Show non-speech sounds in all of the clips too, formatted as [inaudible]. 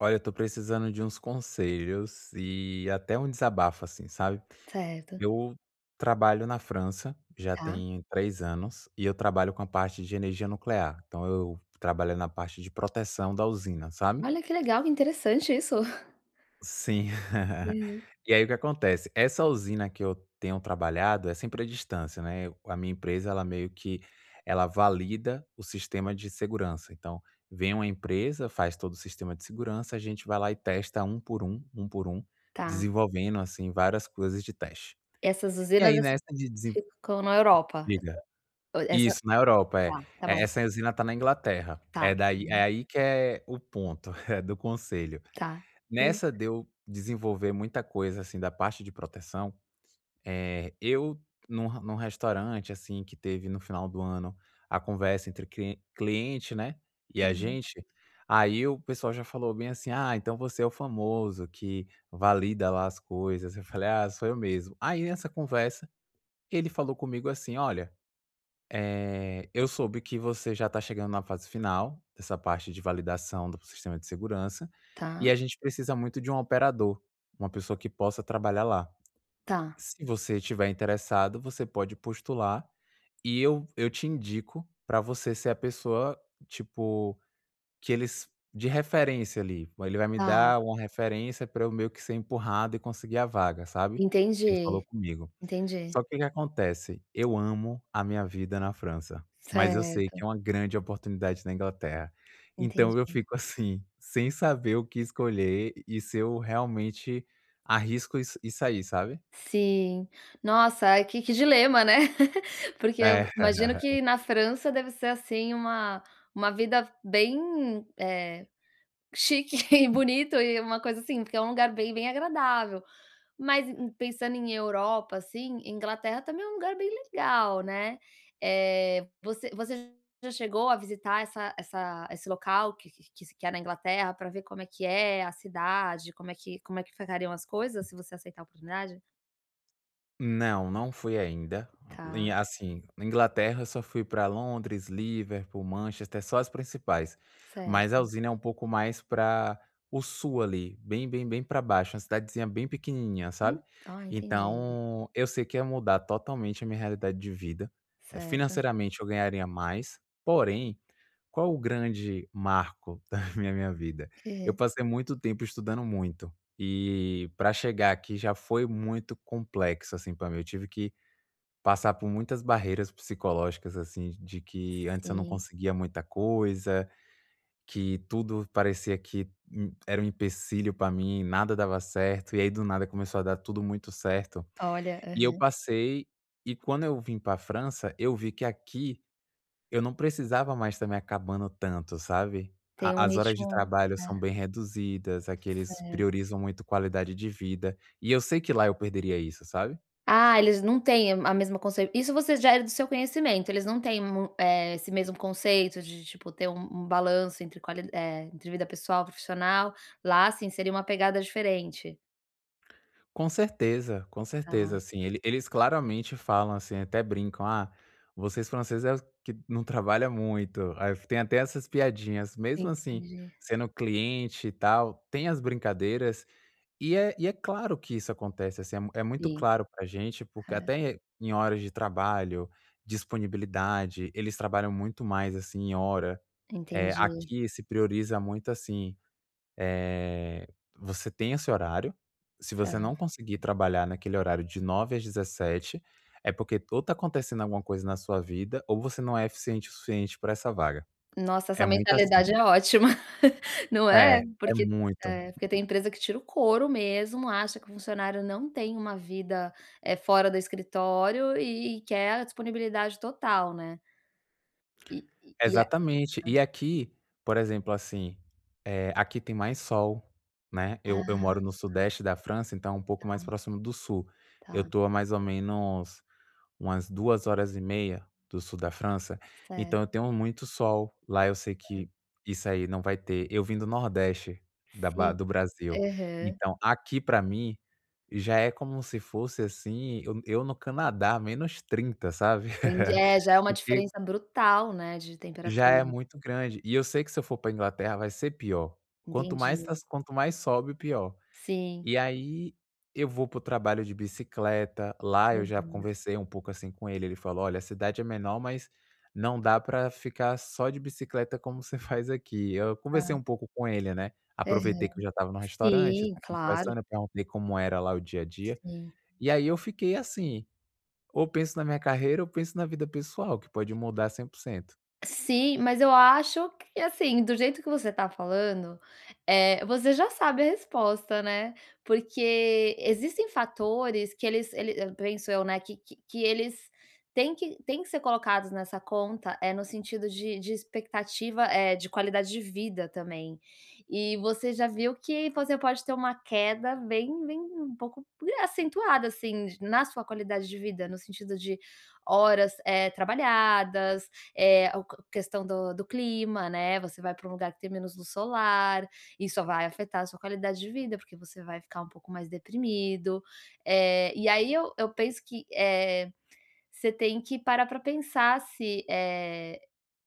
Olha, eu tô precisando de uns conselhos e até um desabafo, assim, sabe? Certo, Eu trabalho na França já tá. tem 3 anos e eu trabalho com a parte de energia nuclear. Então eu trabalho na parte de proteção da usina, sabe? Olha que legal, que interessante isso. [laughs] Sim. [laughs] Uhum. E aí o que acontece, essa usina que eu tenho trabalhado é sempre à distância, né, a minha empresa ela meio que ela valida o sistema de segurança, então vem uma empresa, faz todo o sistema de segurança, a gente vai lá e testa um por um, Tá. desenvolvendo, assim, várias coisas de teste. Essas E usinas, aí assim, nessa de desen, ficam na Europa? diga. Essa essa Isso, na Europa, é. tá, tá É, bom. essa usina está na Inglaterra, é Tá. daí é Uhum. aí que é o ponto, [laughs] é do conselho. Tá. Hum. Nessa de eu desenvolver muita coisa, assim, da parte de proteção, eu num restaurante, assim, que teve no final do ano a conversa entre cliente, né, e a Uhum. gente, aí o pessoal já falou bem assim: "Ah, então você é o famoso que valida lá as coisas". Eu falei: "Ah, sou eu mesmo". Aí nessa conversa, ele falou comigo assim: "Olha, eu soube que você já está chegando na fase final, dessa parte de validação do sistema de segurança, Tá, e a gente precisa muito de um operador, uma pessoa que possa trabalhar lá. tá, Se você estiver interessado, você pode postular e eu te indico para você ser a pessoa, tipo, que eles de referência ali". Ele vai me tá. dar uma referência para eu meio que ser empurrado e conseguir a vaga, sabe. Que ele falou Entendi, comigo. entendi. Só que o que acontece, eu amo a minha vida na França, mas eu sei que Certo, é uma grande oportunidade na Inglaterra. entendi. Então eu fico assim, sem saber o que escolher e se eu realmente arrisco e sair, sabe? Sim. Nossa, que dilema, né. [laughs] Porque eu É. imagino [laughs] que na França deve ser, assim, uma vida bem, eh chique [laughs] e bonito e uma coisa assim, porque é um lugar bem, bem agradável. Mas em pensando em Europa, assim, Inglaterra também é um lugar bem legal, né. Você já chegou a visitar essa essa esse local que se- que é na Inglaterra para ver como é que é a cidade, como é que ficariam as coisas se você aceitar a oportunidade? Não, não fui ainda. Em Tá, assim, na Inglaterra eu só fui para Londres, Liverpool, Manchester, só as principais. Mas a certo. usina é um pouco mais para o sul ali, bem, bem, bem para baixo, uma cidadezinha bem pequenininha, Hum, sabe. ah, entendi. Então, eu sei que ia mudar totalmente a minha realidade de vida. Certo. Financeiramente eu ganharia mais, porém, qual o grande marco [laughs] da minha vida? Eu Aham. passei muito tempo estudando muito. E para chegar aqui já foi muito complexo, assim, para mim. Eu tive que passar por muitas barreiras psicológicas, assim, de que antes eu não Sim. conseguia muita coisa, que tudo parecia que era um empecilho para mim, nada dava certo, e aí do nada começou a dar tudo muito certo. Olha, E eu aham. passei e quando eu vim para a França, eu vi que aqui eu não precisava mais estar me acabando tanto, sabe. Tem A um as horas de ritmo, trabalho são é, bem reduzidas, aqui eles certo. priorizam muito qualidade de vida, e eu sei que lá eu perderia isso, sabe. Ah, eles não têm a mesma conceito. Isso você já era do seu conhecimento, eles não têm esse mesmo conceito de, tipo, ter um balanço entre entre vida pessoal e profissional, lá sim seria uma pegada diferente. Com Tá, certeza, assim, eles claramente falam, assim, até brincam: "Ah, vocês franceses é os que não trabalha muito", aí tem até essas piadinhas, mesmo assim, entendi. sendo cliente e tal, tem as brincadeiras. É claro que isso acontece, assim, é mu é muito Sim, claro para a gente, porque é, até em horas de trabalho, disponibilidade, eles trabalham muito mais, assim, em hora. Entendi, Aqui se prioriza muito, assim, eh, você tem esse horário, se você certo. não conseguir trabalhar naquele horário de 9 às 17, é porque ou tá acontecendo alguma coisa na sua vida, ou você não é eficiente o suficiente para essa vaga. Nossa, É essa muito assim. mentalidade é ótima, [laughs] não é? É, é Porque muito. é, porque tem empresa que tira o couro mesmo, acha que o funcionário não tem uma vida, fora do escritório e quer a disponibilidade total, né? E e a Exatamente. E aqui, por exemplo, assim, aqui tem mais sol, né, eu moro ah, no sudeste da França, então é um pouco mais próximo do sul. Eu tá, estou a mais ou menos umas 2 horas e meia do sul da França, então eu certo. tenho muito sol. Lá eu sei que isso aí não vai ter. Eu vim do nordeste da ba Sim, do Brasil, aham, então aqui pra mim já é como se fosse, assim, eu no Canadá, menos 30, sabe. entendi. É, já é uma [laughs] diferença brutal, né, de Já temperatura. é muito grande. E eu sei que se eu for pra Inglaterra vai ser pior. Entendi. Quanto mais sobe, pior. Sim. E aí eu vou para o trabalho de bicicleta, lá eu já Hum, conversei um pouco, assim, com ele, ele falou: "Olha, a cidade é menor, mas não dá pra ficar só de bicicleta como você [laughs] faz aqui". Eu conversei tá. um pouco com ele, né, Aham. aproveitei que eu já estava no restaurante, Sim, claro, conversando, eu perguntei como era lá o dia a dia. sim. E aí eu fiquei assim, ou penso na minha carreira ou penso na vida pessoal, que pode mudar 100%. Sim, mas eu acho que, assim, do jeito que você está falando, você já sabe a resposta, né, porque existem fatores que eles ele eu penso eu, né, que eles têm que ser colocados nessa conta, é no sentido de expectativa, é de qualidade de vida também. E você já viu que você pode ter uma queda bem um pouco acentuada, assim, na sua qualidade de vida, no sentido de horas, trabalhadas, é, a questão do clima, né? Você vai para um lugar que tem menos luz solar, isso vai afetar a sua qualidade de vida, porque você vai ficar um pouco mais deprimido. É, e aí eu penso você tem que parar para pensar se,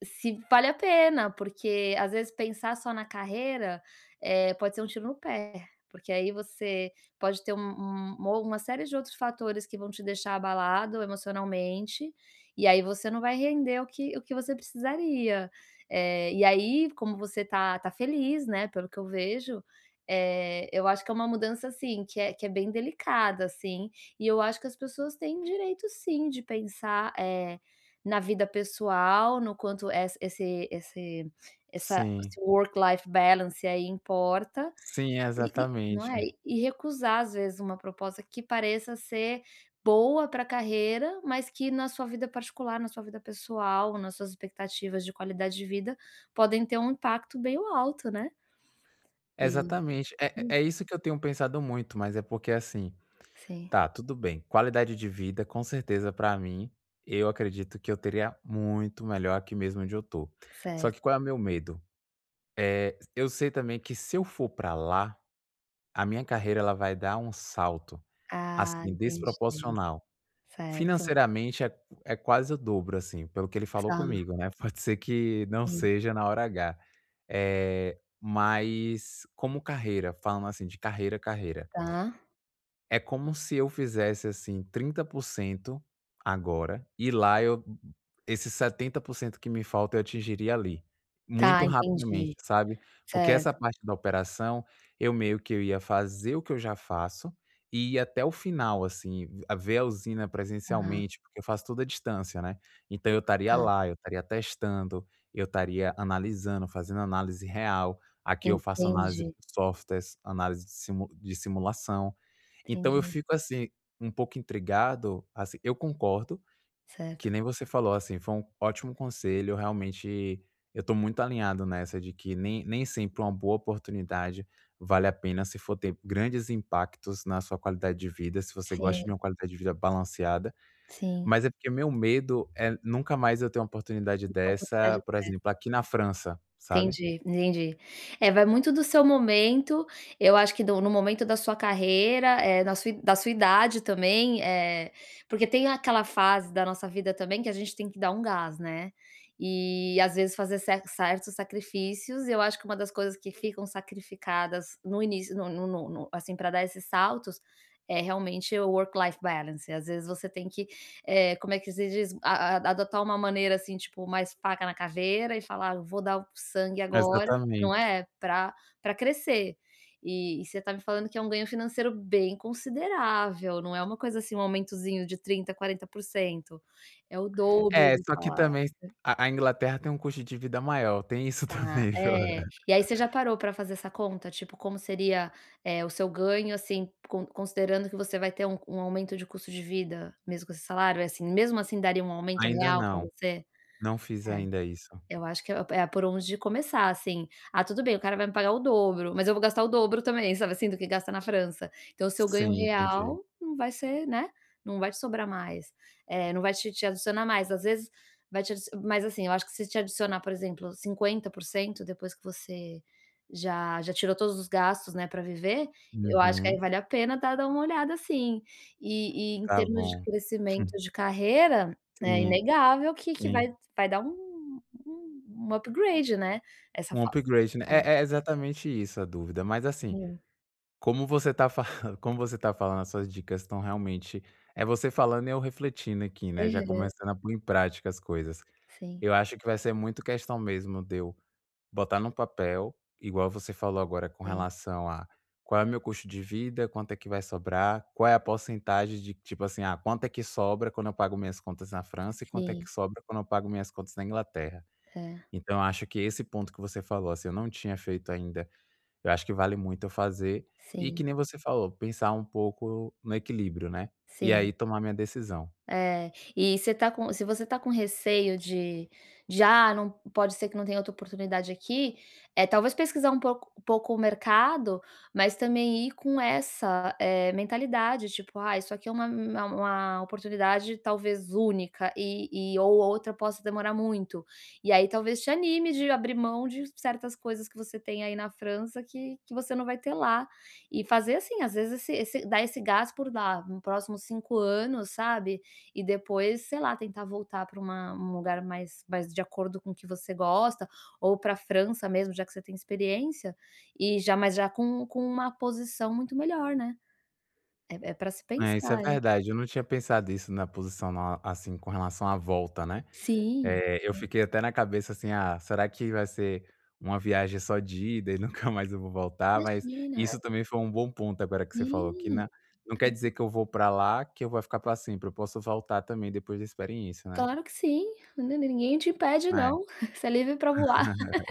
se vale a pena, porque às vezes pensar só na carreira, pode ser um tiro no pé, porque aí você pode ter um um mo uma série de outros fatores que vão te deixar abalado emocionalmente, e aí você não vai render o que você precisaria. E aí, como você tá feliz, né, pelo que eu vejo, eu acho que é uma mudança, assim, que é bem delicada, assim, e eu acho que as pessoas têm direito sim de pensar, na vida pessoal, no quanto ess esse esse essa Sim. esse work life balance aí importa, Sim, e não é, exatamente. e recusar às vezes uma proposta que pareça ser boa para a carreira, mas que na sua vida particular, na sua vida pessoal, nas suas expectativas de qualidade de vida, podem ter um impacto bem alto, né. E Exatamente. É isso que eu tenho pensado muito, mas é porque, assim, sim, tá, tudo bem, qualidade de vida, com certeza, pra mim, eu acredito que eu teria muito melhor aqui mesmo onde eu tô. Só que certo. qual é o meu medo? É, eu sei também que se eu for pra lá, a minha carreira ela vai dar um salto, Ah, assim, entendi. desproporcional. Certo. Financeiramente é quase o dobro, assim, pelo que ele falou Tá, comigo, né, [laughs] pode ser que não seja na hora H. Mas como carreira, falando assim de carreira, carreira. tá, É como se eu fizesse, assim, 30% agora e lá eu esses 70% que me falta eu atingiria ali, tá, muito rapidamente, entendi. sabe. Porque essa Certo, parte da operação, eu meio que eu ia fazer o que eu já faço e ir até o final, assim, a ver a usina tá, presencialmente, porque eu faço tudo à distância, né. Então eu estaria tá. lá, eu estaria testando, eu estaria analisando, fazendo análise real. Aqui eu faço análise Entendi, por softwares, análise de simulação. Então eu entendi. fico, assim, um pouco intrigado, assim, eu concordo, Certo. que nem você falou, assim, foi um ótimo conselho, realmente eu tô muito alinhado nessa de que nem sempre uma boa oportunidade vale a pena se for ter grandes impactos na sua qualidade de vida, se você gosta Sim, de uma qualidade de vida balanceada, sim. mas é porque meu medo é nunca mais eu ter uma oportunidade dessa, por [unintelligible] exemplo, aqui na França, sabe. Entendi, entendi. É, vai muito do seu momento, eu acho que do no momento da sua carreira, da sua idade também, porque tem aquela fase da nossa vida também que a gente tem que dar um gás, né. E às vezes fazer certos sacrifícios, e eu acho que uma das coisas que ficam sacrificadas no início, no no no no assim, para dar esses saltos, é realmente o work life balance. Às vezes você tem que, como é que se diz? A adotar uma maneira, assim, tipo, mais faca na caveira e falar: "Ah, Eu Vou dar o sangue agora", não Exatamente. é? Para crescer. E você tá me falando que é um ganho financeiro bem considerável, não é uma coisa, assim, um aumentozinho de 30, 40%, é o dobro É, do só que salário. também a Inglaterra tem um custo de vida maior, tem isso Tá, também, [laughs] João. é. E aí você já parou para fazer essa conta? Tipo, como seria, o seu ganho, assim, considerando que você vai ter um aumento de custo de vida mesmo com esse salário? É assim, mesmo assim daria um aumento Ainda real para não, você? não fiz É, ainda isso. eu acho que é por onde começar, assim. Ah, tudo bem, o cara vai me pagar o dobro, mas eu vou gastar o dobro também, sabe assim, do que gasta na França. Então, se eu ganho Sim, entendi. real, não vai ser, né, não vai te sobrar mais, não vai te adicionar mais. Às vezes vai te adici mas assim, eu acho que se te adicionar, por exemplo, 50% depois que você já tirou todos os gastos, né, para viver, eu acho que aí Uhum, vale a pena dar uma olhada assim. E em tá termos de bom. crescimento [laughs] de carreira, é Sim, inegável que sim. vai dar um, um um upgrade, né, essa Um fa upgrade, né. é, É exatamente isso a dúvida, mas assim, sim. como você tá falando [laughs] como você tá falando, as suas dicas estão realmente é você falando e eu refletindo aqui, né, já Aham. começando a pôr em prática as coisas. Sim, Eu acho que vai ser muito questão mesmo de eu botar num papel, igual você falou agora com sim, relação a qual é o meu custo de vida, quanto é que vai sobrar, qual é a porcentagem de tipo assim, ah, quanto é que sobra quando eu pago minhas contas na França e quanto é sim, que sobra quando eu pago minhas contas na Inglaterra. é, Então eu acho que esse ponto que você falou, assim, eu não tinha feito ainda, eu acho que vale muito eu fazer e sim, que nem você falou, pensar um pouco no equilíbrio, né, e sim. aí tomar minha decisão. É, e você tá com se você tá com receio de: "Ah, não pode ser que não tenha outra oportunidade aqui", é talvez pesquisar um pouco, o mercado, mas também ir com essa, mentalidade, tipo: "Ah, isso aqui é uma oportunidade talvez única e ou outra possa demorar muito". E aí talvez te anime de abrir mão de certas coisas que você tem aí na França que você não vai ter lá. E fazer assim, às vezes esse esse dar esse gás por lá nos próximos 5 anos, sabe? E depois, sei lá, tentar voltar para um lugar mais de acordo com o que você gosta, ou para a França mesmo, já que você tem experiência, e já mas já com uma posição muito melhor, né. É para se É, isso é pensar, é. verdade, eu não tinha pensado isso na posição na assim, com relação à volta, né. Sim. Eu fiquei até na cabeça assim: "Ah, será que vai ser uma viagem só de ida e [laughs] nunca mais eu vou voltar?" Mas Imagina. isso também foi um bom ponto agora que você falou, que Sim, na não quer dizer que eu vou pra lá, que eu vou ficar pra sempre, eu posso voltar também depois da experiência, né. claro que sim. Ni ninguém te impede É, não, [laughs] você é livre para voar, [laughs]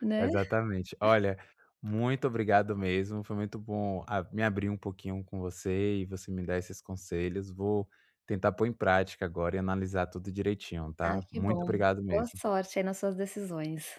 né. exatamente. Olha, muito obrigado mesmo, foi muito bom a me abrir um pouquinho com você e você me dar esses conselhos. Vou tentar pôr em prática agora e analisar tudo direitinho, Ah, tá. que Muito bom. obrigado Boa mesmo. sorte aí nas suas decisões.